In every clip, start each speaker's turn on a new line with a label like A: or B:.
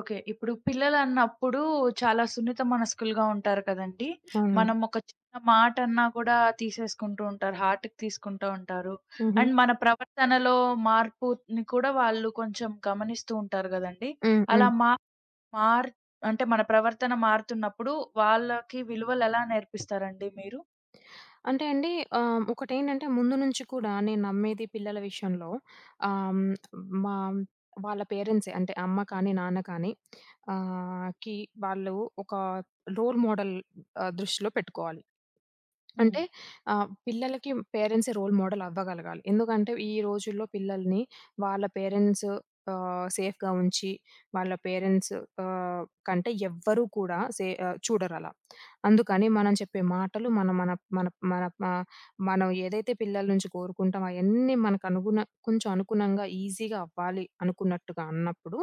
A: Okay. ఇప్పుడు పిల్లలన్నప్పుడు చాలా సున్నిత మనస్కులుగా ఉంటారు కదండీ!
B: అవునండి.
A: మనం ఒక చిన్న మాటన్నా కూడా తీసేసుకుంటూ ఉంటారు. హార్ట్‌కి తీసుకుంటూ ఉంటారు.
B: హుహు.
A: అండ్ మన ప్రవర్తనలో మార్పుని కూడా వాళ్ళు కొంచెం గమనిస్తూ ఉంటారు గదండీ!
B: హ్మ్.
A: అలా
B: హ్మ్.
A: మా మార్ అంటే మన ప్రవర్తన మారుతున్నప్పుడు వాళ్ళకి విలువలెలా నేర్పిస్తారండి మీరు?
B: అంటే అండి ఒకటేంటంటే ముందు నుంచి కూడా నేను నమ్మేది పిల్లల విషయంలో ఆహ్, హ్మ్, మా వాళ్ళ పేరెంట్సే అంటే అమ్మ కానీ, నాన్న కానీ ఆహ్, కి వాళ్ళు ఒక రోల్ మోడల్ దృష్టిలో పెట్టుకోవాలి.
A: హ్మ్.
B: అంటే పిల్లలకి పేరెంట్సే రోల్ మోడల్ అవ్వగలగాలి. ఎందుకంటే ఈ రోజుల్లో పిల్లల్ని వాళ్ళ పేరెంట్స్ సేఫ్‌గా ఉంచి, వాళ్ళ పేరెంట్స్ ఆహ్, కంటే ఎవ్వరూ కూడా సే చూడరలా. అందుకని మనం చెప్పే మాటలు మన మన మన మన ఆహ్, మనం ఏదైతే పిల్లల నుంచి కోరుకుంటామో అయన్నీ మనకు అనుగుణ కొంచెం అనుగుణంగా ఈజీగా అవ్వాలి అనుకున్నట్టుగా అన్నప్పుడు,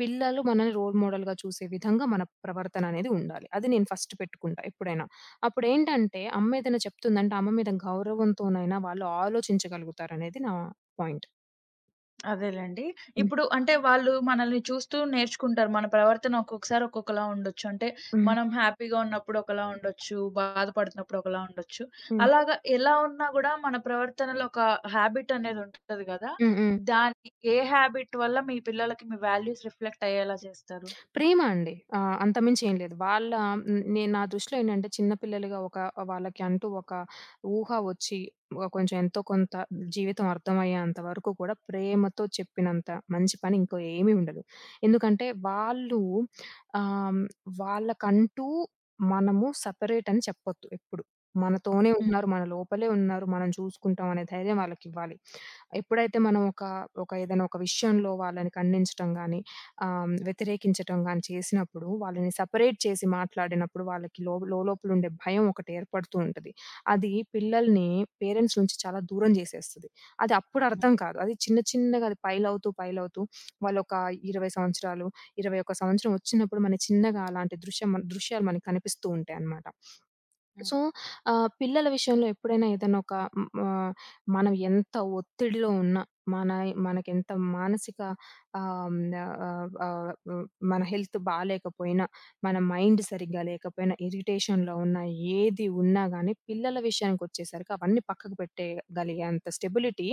B: పిల్లలు మనల్ని రోల్ మోడల్‌గా చూసే విధంగా మన ప్రవర్తన అనేది ఉండాలి. అది నేను ఫస్ట్ పెట్టుకుంటా ఎప్పుడైనా. అప్పుడేంటంటే, అమ్మేదైనా చెప్తుందంటే, అమ్మ మీద గౌరవంతోనైనా వాళ్ళు ఆలోచించగలుగుతారనేది నా పాయింట్.
A: అదేలెండి.
B: హ్మ్.
A: ఇప్పుడు అంటే వాళ్ళు మనల్ని చూస్తూ నేర్చుకుంటారు. మన ప్రవర్తన ఒక్కొక్కసారి ఒక్కొక్కలా ఉండొచ్చు. అంటే
B: హ్మ్.
A: మనం హ్యాపీగా ఉన్నప్పుడు ఒకలా ఉండొచ్చు. బాధపడుతున్నప్పుడు ఒకలా ఉండొచ్చు.
B: హ్మ్.
A: అలాగా ఎలా ఉన్నా గూడా మన ప్రవర్తనలో ఒక హ్యాబిట్ అనేది ఉంటది గదా!
B: హ్మ్. హ్మ్.
A: దాన్ని ఏ హ్యాబిట్ వల్ల మీ పిల్లలకి మీ వాల్యూస్ రిఫ్లెక్ట్ అయ్యేలా చేస్తారు?
B: ప్రేమ అండి. అంతకుమించి ఏం లేదు. వాళ్ళ నేను నా దృష్టిలో ఏంటంటే చిన్న పిల్లలుగా ఒక వాళ్ళకి అంటూ ఒక ఊహ వచ్చి ఒక కొంచెం ఎంతో కొంత జీవితం అర్థమయ్యేంత వరకు కూడా ప్రేమతో చెప్పినంత మంచి పని ఇంకో ఏమీ ఉండదు. ఎందుకంటే వాళ్ళు ఆహ్, వాళ్ళకంటూ మనము సెపరేట్ అని చెప్పొద్దు ఎప్పుడు. మనతోనే
A: హ్మ్.
B: ఉంటున్నారు. మన లోపలే ఉన్నారు. మనం చూసుకుంటాం అనే ధైర్యం వాళ్ళకివ్వాలి. ఎప్పుడైతే మనం ఒక ఒక ఏదైనా ఒక విషయంలో వాళ్ళని ఖండించటం గాని, వ్యతిరేకించటం గాని చేసినప్పుడు, వాళ్ళని సెపరేట్ చేసి మాట్లాడినప్పుడు వాళ్ళకి లో లోలోపలుండే భయం ఒకటి ఏర్పడుతూ ఉంటది. అది పిల్లల్ని పేరెంట్స్ నుంచి చాలా దూరం చేసేస్తది. అది అప్పుడు
A: హ్మ్.
B: అర్థం కాదు. అది చిన్న చిన్నగా అది పైలవుతూ, పైలవుతూ వాళ్ళొక 20 సంవత్సరాలు, 21 సంవత్సరం వచ్చినప్పుడు మన చిన్నగా అలాంటి దృశ్యం దృశ్యాలు మనకు కనిపిస్తూ ఉంటాయన్నమాట.
A: హ్మ్.
B: సో, పిల్లల విషయంలో ఎప్పుడైనా ఏదైనా ఒక మనం ఎంత ఒత్తిడిలో ఉన్నా, మన మనకెంత మానసిక ఆహ్, హ్మ్, ఆహ్, ఆహ్, హ్మ్, మన హెల్త్ బాలేకపోయినా, మన మైండ్ సరిగ్గా లేకపోయినా, ఇరిటేషన్‌లో ఉన్నా, ఏది ఉన్నా గానీ, పిల్లల విషయానికొచ్చేసరికి అవన్నీ పక్కకు పెట్టేయగలిగేంత స్టెబిలిటీ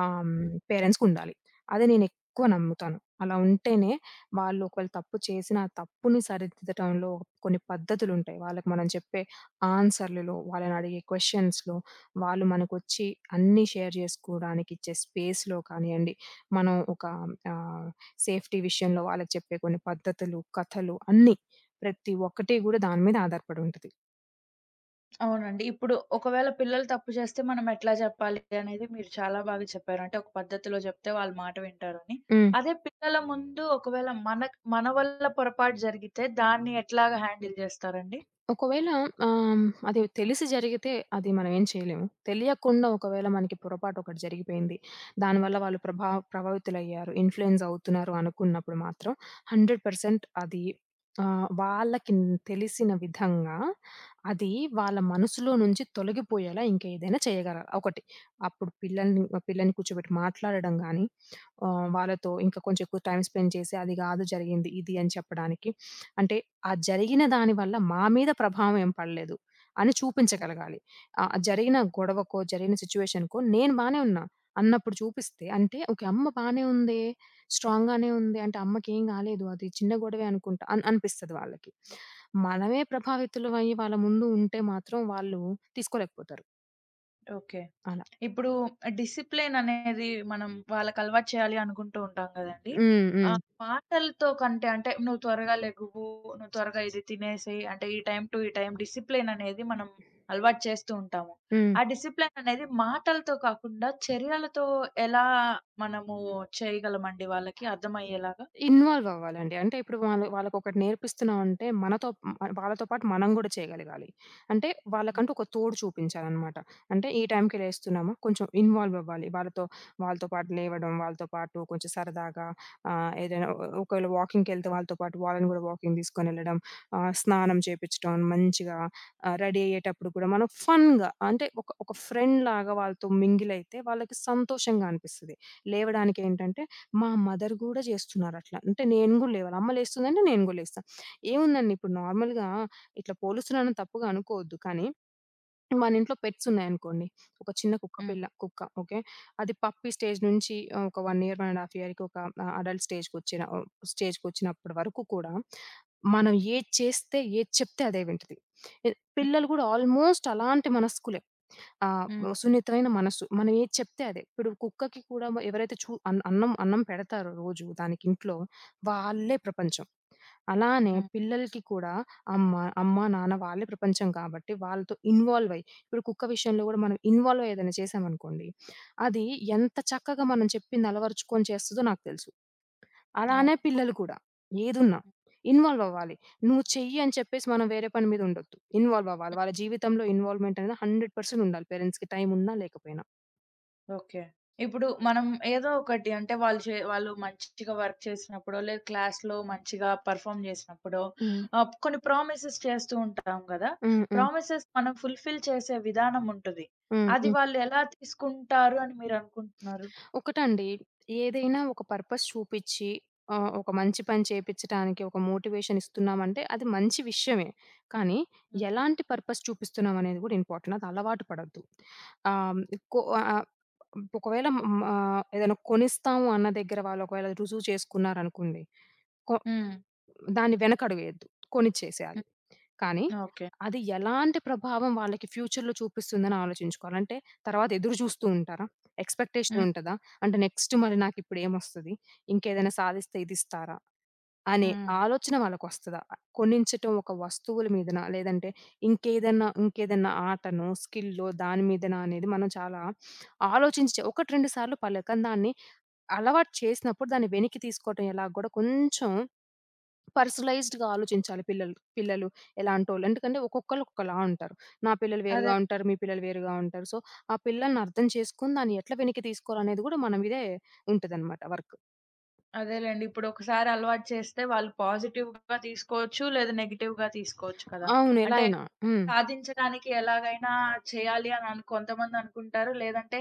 B: ఆహ్, హ్మ్,
A: హ్మ్.
B: పేరెంట్స్‌కుండాలి. అది నేనెక్కువ నమ్ముతాను. అలా ఉంటేనే వాళ్ళు ఒకవేళ తప్పు చేసిన, ఆ తప్పుని సరిదిద్దటంలో కొన్ని పద్ధతులుంటాయి. వాళ్ళకి మనం చెప్పే ఆన్సర్‌లలో, వాళ్ళనడిగే క్వెషన్స్‌లో, వాళ్ళు మనకొచ్చి అన్నీ షేర్ జేసుకోడానికిచ్చే స్పేస్‌లో కానియండి, మనం ఒక ఆహ్, సేఫ్టీ విషయంలో వాళ్ళకి చెప్పే కొన్ని పద్ధతులు, కథలు అన్నీ. ప్రతి ఒక్కటి గూడా దాని మీద ఆధారపడి ఉంటది.
A: అవునండి. ఇప్పుడు ఒకవేళ పిల్లలు తప్పు చేస్తే మనం ఎట్లా జెప్పాలి అనేది మీరు చాలా బాగా చెప్పారు. అంటే ఒక పద్ధతిలో జెప్తే వాళ్ళు మాట వింటారని.
B: హ్మ్.
A: అదే పిల్లల ముందు ఒకవేళ మన వల్ల పొరపాటు జరిగితే దాన్ని ఎట్లాగా హ్యాండిల్ జేస్తారండి?
B: ఒకవేళ ఆహ్, అది తెలిసి జరిగితే అది మనం ఏం చేయలేము. తెలియకుండా ఒకవేళ మనకి పొరపాటు ఒకటి జరిగిపోయింది. దానివల్ల వాళ్ళు ప్రభావితులయ్యారు. ఇన్‌ఫ్లుయెన్స్ అవుతున్నారు అనుకున్నప్పుడు మాత్రం 100% అది వాళ్ళకి తెలిసిన విధంగా అది వాళ్ళ మనసులో నుంచి తొలగిపోయేలా ఇంకేదైనా చేయగలగాలి. ఒకటి అప్పుడు పిల్లని కూర్చోబెట్టి మాట్లాడడం గాని వాళ్ళతో ఇంకా కొంచెం ఎక్కువ టైమ్ స్పెండ్ చేసి, అది కాదు జరిగింది ఇది అని చెప్పడానికి. అంటే ఆ జరిగిన దాని వల్ల మా మీద ప్రభావం ఏం పడలేదు అని
A: హుహు.
B: చూపించగలగాలి. జరిగిన గొడవకో, జరిగిన సిట్యుయేషన్‌కో నేను బానే ఉన్నా అన్నప్పుడు చూపిస్తే అంటే ఓకే. అమ్మ బానే ఉందే, స్ట్రాంగ్‌గానే ఉంది. అంటే అమ్మకేం కాలేదు. అది చిన్న గొడవే అనుకుంటా అని అనిపిస్తది వాళ్ళకి. మనమే ప్రభావితులమయ్యి వాళ్ళ ముందు ఉంటే మాత్రం వాళ్ళు తీసుకోలేకపోతారు.
A: ఓకే.
B: అలా.
A: ఇప్పుడు డిసిప్లిన్ అనేది మనం వాళ్ళకి అలవాటు చేయాలి అనుకుంటూ ఉంటాం కదండీ!
B: హ్మ్. హ్మ్.
A: మాటలతో కంటే అంటే "నువ్వు త్వరగా లెగువు, నువ్వు త్వరగా ఇది తినేసేయి" అంటే ఈ టైమ్ డిసిప్లిన్ అనేది మనం అలవాటు చేస్తూ ఉంటాము.
B: హ్మ్.
A: ఆ డిసిప్లిన్ అనేది మాటలతో కాకుండా చర్యలతో ఎలా మనము చేయగలమండి వాళ్ళకి అర్థమయ్యేలాగా?
B: ఇన్వాల్వ్ అవ్వాలండి. అంటే ఇప్పుడు వాళ్ళు వాళ్ళకొకటి నేర్పిస్తున్నామంటే మనతో మ వాళ్ళతో పాటు మనం గూడా చేయగలగాలి. అంటే
A: హ్మ్.
B: వాళ్ళకంటూ ఒక తోడు చూపించాలనమాట. అంటే ఈ టైంకి లేస్తున్నామా కొంచెం ఇన్వాల్వ్ అవ్వాలి. వాళ్ళతో వాళ్ళతో పాటు లేవడం, వాళ్ళతో పాటు కొంచెం సరదాగా ఏదైనా ఒకవేళ వాకింగ్‌కెళ్తే వాళ్ళతో పాటు వాళ్ళని గూడా వాకింగ్ తీసుకొనెళ్ళడం, స్నానం చేపిచ్చడం మంచిగా రెడీ అయ్యేటప్పుడు కూడా మనం ఫన్‌గా అంటే ఒక ఒక ఫ్రెండ్‌లాగా వాళ్ళతో మింగిల్ అయితే వాళ్ళకి సంతోషంగా అనిపిస్తది. లేవడానికేంటంటే మా మదర్ గూడా జేస్తున్నారట్లా. అంటే నేను గూడా లేవాలి. అమ్మ లేస్తుందంటే నేను గూడా లేస్తా. ఏముందండి ఇప్పుడు నార్మల్‌గా ఇట్లా పోలుస్తున్నానని తప్పుగా అనుకోవద్దు. కానీ మన ఇంట్లో పెట్స్ ఉన్నాయనుకోండి. ఒక చిన్న కుక్క
A: హ్మ్.
B: పిల్ల కుక్క ఓకే. అది పప్పీ స్టేజ్ నుంచి ఒక 1 ఇయర్, 1 ½ ఇయర్‌కి ఒక అడల్ట్ స్టేజ్‌కొచ్చిన స్టేజ్‌కొచ్చినప్పటి వరకు కూడా మనం ఏది చేస్తే, ఏది చెప్తే అదే వింటది. ఎ
A: హ్మ్.
B: పిల్లలు గూడా ఆల్మోస్ట్ అలాంటి మనస్కులే. ఆ!
A: హ్మ్.
B: ఓ సున్నితమైన మనస్సు. మనం ఏది చెప్తే అదే. ఇప్పుడు కుక్కకి కూడా ఎవరైతే అన్నం పెడతారో రోజు దానికి ఇంట్లో, వాళ్ళే ప్రపంచం. అలానే
A: హ్మ్.
B: పిల్లలకి కూడా అమ్మ, అమ్మ, నాన్న వాళ్ళే ప్రపంచం కాబట్టి వాళ్ళతో ఇన్వాల్వ్ అయ్యి, ఇప్పుడు కుక్క విషయంలో కూడా మనం ఇన్వాల్వ్ అయ్యి ఏదైనా చేశామనుకోండి, అది ఎంత చక్కగా మనం చెప్పింది అలవరుచుకొని చేస్తదో నాకు తెలుసు. అలానే
A: అవును.
B: పిల్లలు కూడా. ఏదున్నా
A: హ్మ్.
B: ఇన్వాల్వ్ అవ్వాలి. నువ్వు చెయ్యి అని చెప్పేసి మనం వేరే పని మీద ఉండొద్దు. ఇన్వాల్వ్ అవ్వాలి. వాళ్ళ జీవితంలో ఇన్వాల్వ్‌మెంట్ అనేది 100% ఉండాలి పేరెంట్స్‌కి టైం ఉన్నా లేకపోయినా.
A: ఓకే. ఇప్పుడు మనం ఏదో ఒకటి అంటే వాళ్ళు మంచిగా వర్క్ చేసినప్పుడో, లేదా క్లాస్‌లో మంచిగా పెర్ఫార్మ్ చేసినప్పుడో
B: హ్మ్.
A: కొన్ని ప్రామిసెస్ చేస్తూ ఉంటాం గదా!
B: హ్మ్. హ్మ్. హ్మ్.
A: ప్రామిసెస్ మనం ఫుల్‌ఫిల్ చేసే విధానం ఉంటది. అది
B: హ్మ్.
A: వాళ్ళు ఎలా తీసుకుంటారు అని మీరనుకుంటున్నారు?
B: ఒకటండి. ఏదైనా ఒక పర్పస్ చూపిచ్చి ఒక మంచి పని చేపిచ్చటానికి ఒక మోటివేషన్ ఇస్తున్నామంటే అది మంచి విషయమే. కానీ
A: హ్మ్.
B: ఎలాంటి పర్పస్ చూపిస్తున్నాం అనేది గూడా ఇంపార్టెంట్. అది అలవాటు పడొద్దు. ఆహ్, కొ ఆహ్, ఒకవేళ ఏదైనా కొనిస్తాము అన్న దగ్గర వాళ్ళు ఒకవేళ రుజువు చేసుకున్నారనుకోండి. కొ
A: హ్మ్.
B: దాన్ని వెనకడుగేయొద్దు.
A: హ్మ్.
B: కొనిచ్చేసేయాలి. కానీ
A: ఓకే.
B: అది ఎలాంటి ప్రభావం వాళ్ళకి ఫ్యూచర్‌లో చూపిస్తుందని ఆలోచించుకోవాలి. అంటే తర్వాత ఎదురు చూస్తూ ఉంటారా? ఎక్స్‌పెక్టేషన్
A: హ్మ్.
B: ఉంటదా? అంటే నెక్స్ట్ మరి నాకిప్పుడు ఏమొస్తది? ఇంకేదైనా సాధిస్తే ఇదిస్తారా? అనే
A: హ్మ్.
B: ఆలోచన వాళ్ళకొస్తదా? కొనించటం ఒక వస్తువుల మీదనా? లేదంటే ఇంకేదన్నా ఆటనో, స్కిల్లో దాని మీదనా అనేది మనం చాలా ఆలోచించి ఒకటి, రెండు సార్లు పలకందాన్ని అలవాటు చేసినప్పుడు దాన్ని వెనక్కి తీసుకోవటం ఎలాగో గూడా కొంచెం పర్సనలైజ్డ్‌గా ఆలోచించాలి పిల్లలు ఎలాంటోళ్ళు. ఎందుకంటే ఒక్కొక్కళ్ళు ఒకలా ఉంటారు. నా పిల్లలు
A: అదే.
B: వేరుగా ఉంటారు. మీ పిల్లలు వేరుగా ఉంటారు. సో, ఆ పిల్లల్ని అర్థం చేసుకొని దాన్ని ఎట్లా వెనక్కి తీసుకోవాలనేది గూడా మన మీదే ఉంటదనమాట వర్క్.
A: అదేలెండి. ఇప్పుడొకసారి అలవాటు చేస్తే వాళ్ళు పాజిటివ్‌గా తీసుకోవచ్చు. లేదా నెగెటివ్‌గా తీసుకోవచ్చు కదా!
B: అవును. ఎలా
A: అంటే
B: అయినా.
A: అది
B: హ్మ్.
A: సాధించడానికి ఎలాగైనా చేయాలి అని కొంతమందనుకుంటారు. లేదంటే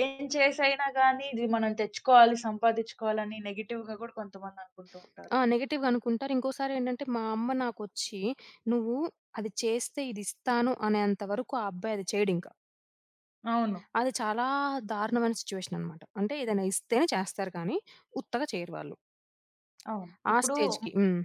A: ఏం చేసైనా గానీ ఇది మనం తెచ్చుకోవాలి, సంపాదించుకోవాలని నెగెటివ్‌గా గూడా కొంతమందనుకుంటూ ఉంటారు.
B: ఆ! నెగెటివ్‌గా అనుకుంటారు. ఇంకోసారేంటంటే మా అమ్మ నాకొచ్చి "నువ్వు అది చేస్తే ఇది ఇస్తాను" అనేంత వరకు ఆ అబ్బాయి అది చేయడింకా.
A: అవును.
B: అది చాలా దారుణమైన సిట్యుయేషన్ అనమాట. అంటే ఏదైనా ఇస్తేనే చేస్తారు కానీ, ఉత్తగా చేయరు వాళ్ళు.
A: అవును.
B: ఆ
A: ఇప్పుడు
B: స్టేజ్‌కి. హ్మ్.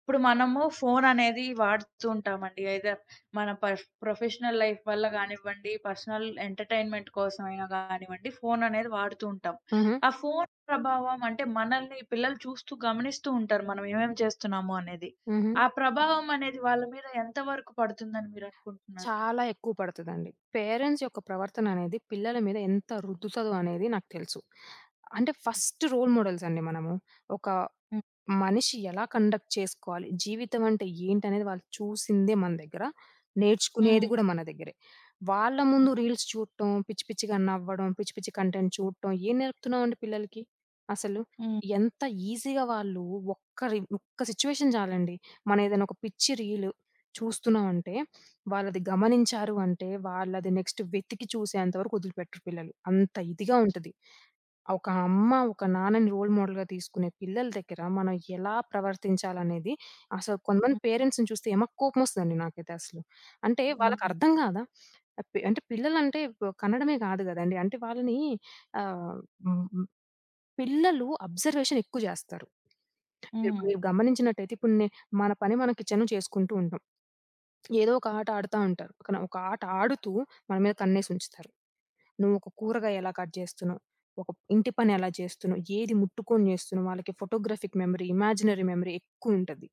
A: ఇప్పుడు మనము ఫోననేది వాడుతూ ఉంటామండి. ఐదర్ మన పర్ఫ్ ప్రొఫెషనల్ లైఫ్ వల్ల గానివ్వండి, పర్సనల్ ఎంటర్‌టైన్‌మెంట్ కోసమైనా గానివ్వండి, ఫోననేది వాడుతూ ఉంటాం.
B: హుహు.
A: ఆ ఫోను ప్రభావం అంటే మనల్ని పిల్లలు చూస్తూ, గమనిస్తూ ఉంటారు మనం ఏమేమి చేస్తున్నాము అనేది.
B: హుహు.
A: ఆ ప్రభావం అనేది వాళ్ళ మీద ఎంత వరకు పడుతుందని మీరనుకుంటున్నారు?
B: చాలా ఎక్కువ పడతదండి. పేరెంట్స్ యొక్క ప్రవర్తన అనేది పిల్లల మీద ఎంత రుద్దుతదో అనేది నాకు తెలుసు. అంటే ఫస్ట్ రోల్ మోడల్స్ అండి మనము. ఒక
A: హ్మ్.
B: మనిషి ఎలా కండక్ట్ చేసుకోవాలి? జీవితం అంటే ఏంటనేది వాళ్ళు చూసిందే మన దగ్గర. నేర్చుకునేది
A: హ్మ్.
B: గూడా మన దగ్గరే. వాళ్ళ ముందు
A: హ్మ్.
B: రీల్స్ చూడటం, పిచ్చి పిచ్చిగా నవ్వడం, పిచ్చి పిచ్చి కంటెంట్ చూడటం ఏం నేర్పుతున్నామండి పిల్లలకి? అసలు
A: హ్మ్.
B: ఎంత ఈజీగా వాళ్ళు ఒక్క సిట్యుయేషన్ చాలండి. మనం ఏదైనా ఒక పిచ్చి రీల్ చూస్తున్నామంటే, వాళ్ళది గమనించారు అంటే, వాళ్ళది నెక్స్ట్ వెతికి చూసేంత వరకు వదిలిపెట్టరు పిల్లలు. అంత ఇదిగా ఉంటది. ఒక అమ్మ, ఒక నాన్నని రోల్ మోడల్‌గా తీసుకునే పిల్లల దగ్గర మనం ఎలా ప్రవర్తించాలనేది అసలు కొంతమంది పేరెంట్స్‌ని చూస్తే కోపమొస్తదండి నాకైతే అసలు. అంటే
A: హ్మ్. హ్మ్.
B: వాళ్ళకర్థం కాదా? ఆ పి అంటే పిల్లలంటే ప్ కనడమే కాదు కదండీ. అంటే వాళ్ళని ఆహ్, హ్మ్, హ్మ్. పిల్లలు అబ్జర్వేషన్ ఎక్కువ చేస్తారు. మీరు
A: హ్మ్.
B: మీరు గమనించినట్టయితే ఇప్పుడు మన పని మనం కిచెన్‌లో చేసుకుంటూ ఉంటాం. ఏదో ఒక ఆట ఆడుతా ఉంటారు. కానీ ఒక ఆట ఆడుతూ మన మీద కన్నేసి ఉంచుతారు. నువ్వొక కూరగాయ ఎలా కట్ చేస్తున్నావు? ఒక ఇంటి పని ఎలా చేస్తున్నావు? ఏది ముట్టుకొని చేస్తున్నావు? వాళ్ళకి ఫోటోగ్రాఫిక్ మెమరీ, ఇమాజినరీ మెమరీ ఎక్కువుంటది.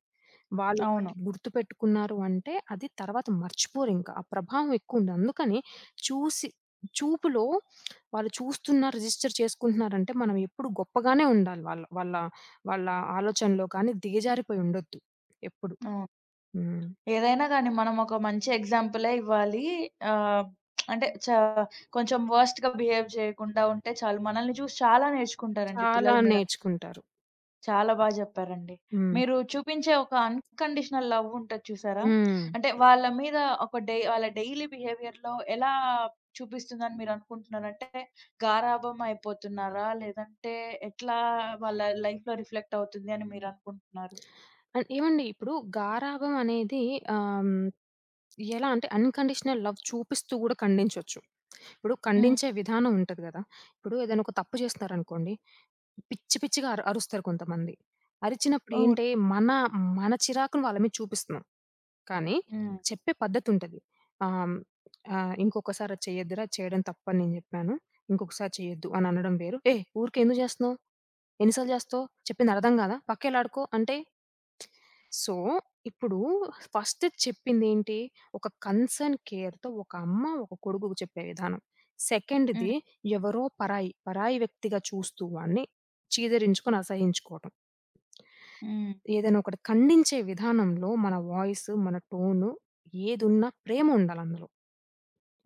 A: అవును.
B: వాళ్ళొకటి గుర్తుపెట్టుకున్నారు అంటే, అది తర్వాత మర్చిపోరింక. ఆ ప్రభావం ఎక్కువుంది. అందుకని చూసి చూపులో వాళ్ళు చూస్తున్నారు, రిజిస్టర్ చేసుకుంటున్నారంటే, మనం ఎప్పుడు గొప్పగానే ఉండాలి. వాళ్ళ వాళ్ళ వాళ్ళ ఆలోచనలో కానీ దిగజారిపోయి ఉండొద్దు. ఎప్పుడు.
A: అవును.
B: హ్మ్.
A: ఏదైనా గానీ మనం ఒక మంచి ఎగ్జాంపులే ఇవ్వాలి. ఆహ్, అంటే చా కొంచెం వర్స్ట్‌గా బిహేవ్ చేయకుండా ఉంటే చాలు. మనల్ని చూసి చాలా నేర్చుకుంటారండి
B: చాలా
A: పిల్లలు. మీరు
B: నేర్చుకుంటారు.
A: చాలా బాగా చెప్పారండి.
B: హ్మ్.
A: మీరు చూపించే ఒక అన్‌కండిషనల్ లవ్ ఉంటది చూసారా?
B: హ్మ్.
A: అంటే వాళ్ళ మీద ఒక డై వాళ్ళ డైలీ బిహేవియర్‌లో ఎలా చూపిస్తుందని మీరు అనుకుంటున్నారు? అంటే గారాబం అయిపోతున్నారా? లేదంటే ఎట్లా వాళ్ళ లైఫ్‌లో రిఫ్లెక్ట్ అవుతుంది అని మీరు అనుకుంటున్నారు?
B: అండ్ ఏవండి ఇప్పుడు గారాబం అనేది ఆహ్, హ్మ్ ఎలా అంటే అన్‌కండిషనల్ లవ్ చూపిస్తూ గూడా ఖండించొచ్చు. ఇప్పుడు
A: హ్మ్.
B: ఖండించే విధానం ఉంటది గదా! ఇప్పుడు ఏదైనా ఒక తప్పు చేస్తున్నారనుకోండి, పిచ్చి పిచ్చిగా అరుస్తారు కొంతమంది. అరిచినప్పుడు
A: అవును.
B: ఏంటే మన మన చిరాకును వాళ్ళ మీద చూపిస్తున్నాం. కానీ
A: హ్మ్.
B: చెప్పే పద్ధతుంటది. ఆహ్, ఆహ్, "ఇంకొకసారి అది చేయొద్దురా! అది చేయడం తప్పని నేను జెప్పాను. ఇంకొకసారి చేయొద్దు" అని అనడం వేరు. "ఏయ్! ఊరికే ఎందుకు జేస్తున్నావు? ఎన్ని సార్లు జేస్తావు? చెప్పింది అర్థం గాదా? పక్కెళ్ళి ఆడుకో" అంటే సో, ఇప్పుడు ఫస్ట్ చెప్పిందేంటి? ఒక కన్సర్న్ కేర్‌తో ఒక అమ్మ, ఒక కొడుకుకి చెప్పే విధానం. సెకండ్‌ది
A: హ్మ్.
B: ఎవరో పరాయి వ్యక్తిగా చూస్తూ వాడిని చీదరించుకొని, అసహించుకోవటం.
A: హ్మ్.
B: ఏదైనా ఒకటి ఖండించే విధానంలో మన వాయిస్, మన టోను ఏదున్నా ప్రేమ ఉండాలందులో.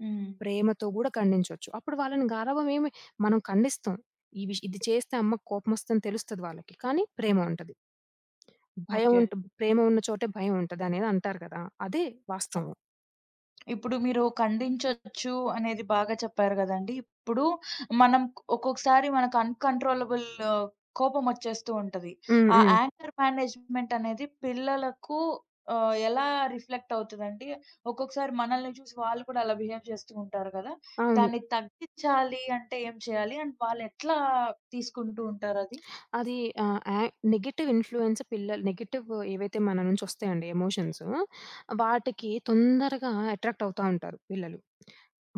A: హ్మ్.
B: ప్రేమతో గూడా ఖండించొచ్చు. అప్పుడు వాళ్ళని గారాబం ఏమి మనం ఖండిస్తాం. ఈ విష్ ఇది చేస్తే అమ్మకు కోపమొస్తదని తెలుస్తది వాళ్ళకి. కానీ ప్రేమ ఉంటది. భయం
A: ఓకే.
B: ఉంటు ప్రేమ ఉన్న చోటే భయం ఉంటదనేది అంటారు కదా! అదే వాస్తవం.
A: ఇప్పుడు మీరు ఖండించొచ్చు అనేది బాగా చెప్పారు గదండీ! ఇప్పుడు మనం ఒక్కొక్కసారి మనకు అన్‌కంట్రోలబుల్ కోపమొచ్చేస్తూ ఉంటది.
B: హ్మ్.
A: ఆ
B: హ్మ్.
A: యాంగర్ మేనేజ్‌మెంట్ అనేది పిల్లలకు ఎలా రిఫ్లెక్ట్ అవుతదండి? ఒక్కొక్కసారి మనల్ని చూసి వాళ్ళు కూడా అలా బిహేవ్ చేస్తూ ఉంటారు గదా!
B: అవును.
A: దాన్ని తగ్గించాలి అంటే ఏం చేయాలి? అండ్ వాళ్ళెట్లా తీసుకుంటూ ఉంటారది?
B: అది ఆహ్, యా నెగెటివ్ ఇన్‌ఫ్లూయెన్స్ పిల్లలు నెగెటివ్ ఏవైతే మన నుంచి వస్తాయండి ఎమోషన్స్, వాటికి తొందరగా అట్రాక్ట్ అవుతా ఉంటారు పిల్లలు.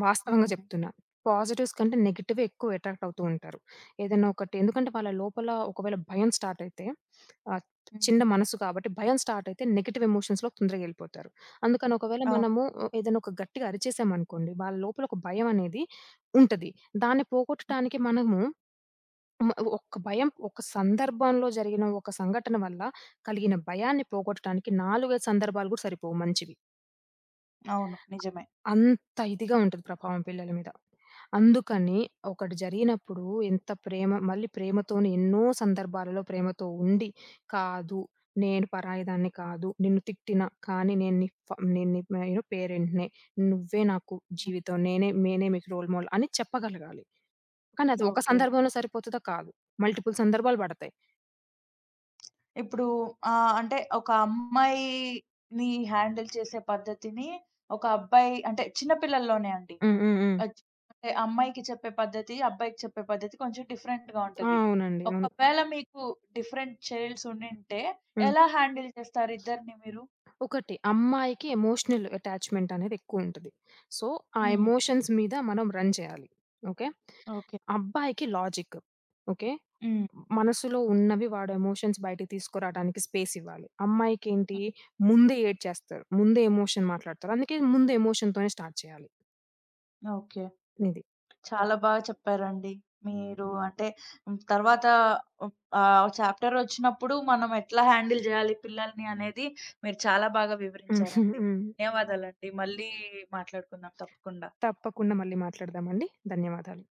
B: వాస్తవంగా
A: హ్మ్.
B: చెప్తున్నా. పాజిటివ్స్ కంటే నెగెటివే ఎక్కువ అట్రాక్ట్ అవుతూ ఉంటారు. ఏదైనా ఒకటి ఎందుకంటే వాళ్ళ లోపల ఒకవేళ భయం స్టార్ట్ అయితే ఆహ్,
A: హ్మ్.
B: చిన్న మనసు కాబట్టి భయం స్టార్ట్ అయితే నెగెటివ్ ఎమోషన్స్‌లోకి తొందరగా ఎళ్ళిపోతారు. అందుకని ఒకవేళ
A: అవును.
B: మనము ఏదైనా ఒక గట్టిగా అరిచేసామనుకోండి, వాళ్ళ లోపల ఒక భయం అనేది ఉంటది. దాన్ని
A: హ్మ్.
B: పోగొట్టడానికి మనము హ్మ్. ఒక్క భయం, ఒక సందర్భంలో జరిగిన ఒక సంఘటన వల్ల కలిగిన భయాన్ని పోగొట్టడానికి 4, 5 సందర్భాలు గూడా సరిపోవు మంచివి.
A: అవును. నిజమే.
B: అంత ఇదిగా ఉంటది ప్రభావం పిల్లల మీద. అందుకని ఒకటి జరిగినప్పుడు ఎంత ప్రేమ మళ్ళీ ప్రేమతోని ఎన్నో సందర్భాలలో ప్రేమతో ఉండి, కాదు నేను పరాయి దాన్ని కాదు. నిన్ను తిట్టినా కానీ నేను నీ యూ నో పేరెంట్‌నే. నువ్వే నాకు
A: హ్మ్.
B: జీవితం. నేనే నేనే మీకు రోల్ మోడల్ అని చెప్పగలగాలి. కానీ అది ఒక
A: ఓకే.
B: సందర్భంలో సరిపోతదా? కాదు. మల్టిపుల్ సందర్భాలు పడతాయి.
A: ఇప్పుడు అంటే ఒక అమ్మాయిని హ్యాండిల్ చేసే పద్ధతిని ఒక అబ్బాయి అంటే చిన్న పిల్లల్లోనే అండి.
B: హ్మ్. హ్మ్. హ్మ్.
A: అచ్ అంటే అమ్మాయికి చెప్పే పద్ధతి, అబ్బాయికి చెప్పే పద్ధతి కొంచెం డిఫరెంట్‌గా
B: ఆ!
A: ఉంటది.
B: అవునండి. అవును.
A: ఒకవేళ మీకు డిఫరెంట్ చైల్డ్స్ ఉండింటే
B: హ్మ్.
A: ఎలా హ్యాండిల్ చేస్తారు ఇద్దరిని మీరు?
B: ఒకటి అమ్మాయికి ఎమోషనల్ అటాచ్‌మెంట్ అనేది ఎక్కువుంటది. సో, ఆ
A: హ్మ్.
B: ఎమోషన్స్ మీద మనం రన్ చేయాలి. ఓకే.
A: ఓకే.
B: అబ్బాయికి లాజిక్. ఓకే.
A: హ్మ్.
B: మనసులో ఉన్నవి వాడు ఎమోషన్స్ బయటికి తీసుకురాడానికి స్పేస్ ఇవ్వాలి.
A: హ్మ్.
B: అమ్మాయికేంటి ముందే ఏడ్చేస్తారు. ముందే ఎమోషన్ మాట్లాడతారు. అందుకే ముందు ఎమోషన్‌తోనే స్టార్ట్ చేయాలి.
A: ఓకే.
B: ఇది.
A: చాలా బాగా చెప్పారండి. మీరు హుహు. అంటే తర్వాత హ్మ్, చాప్టర్ వచ్చినప్పుడు మనం ఎట్లా హ్యాండిల్ జేయాలి పిల్లల్ని అనేది మీరు చాలా బాగా
B: హ్మ్.
A: వివరించారండి.
B: హ్మ్.
A: ధన్యవాదాలండి. మళ్ళీ మాట్లాడుకుందాం తప్పకుండా.
B: తప్పకుండా మళ్ళీ మాట్లాడదామండి. ధన్యవాదాలు.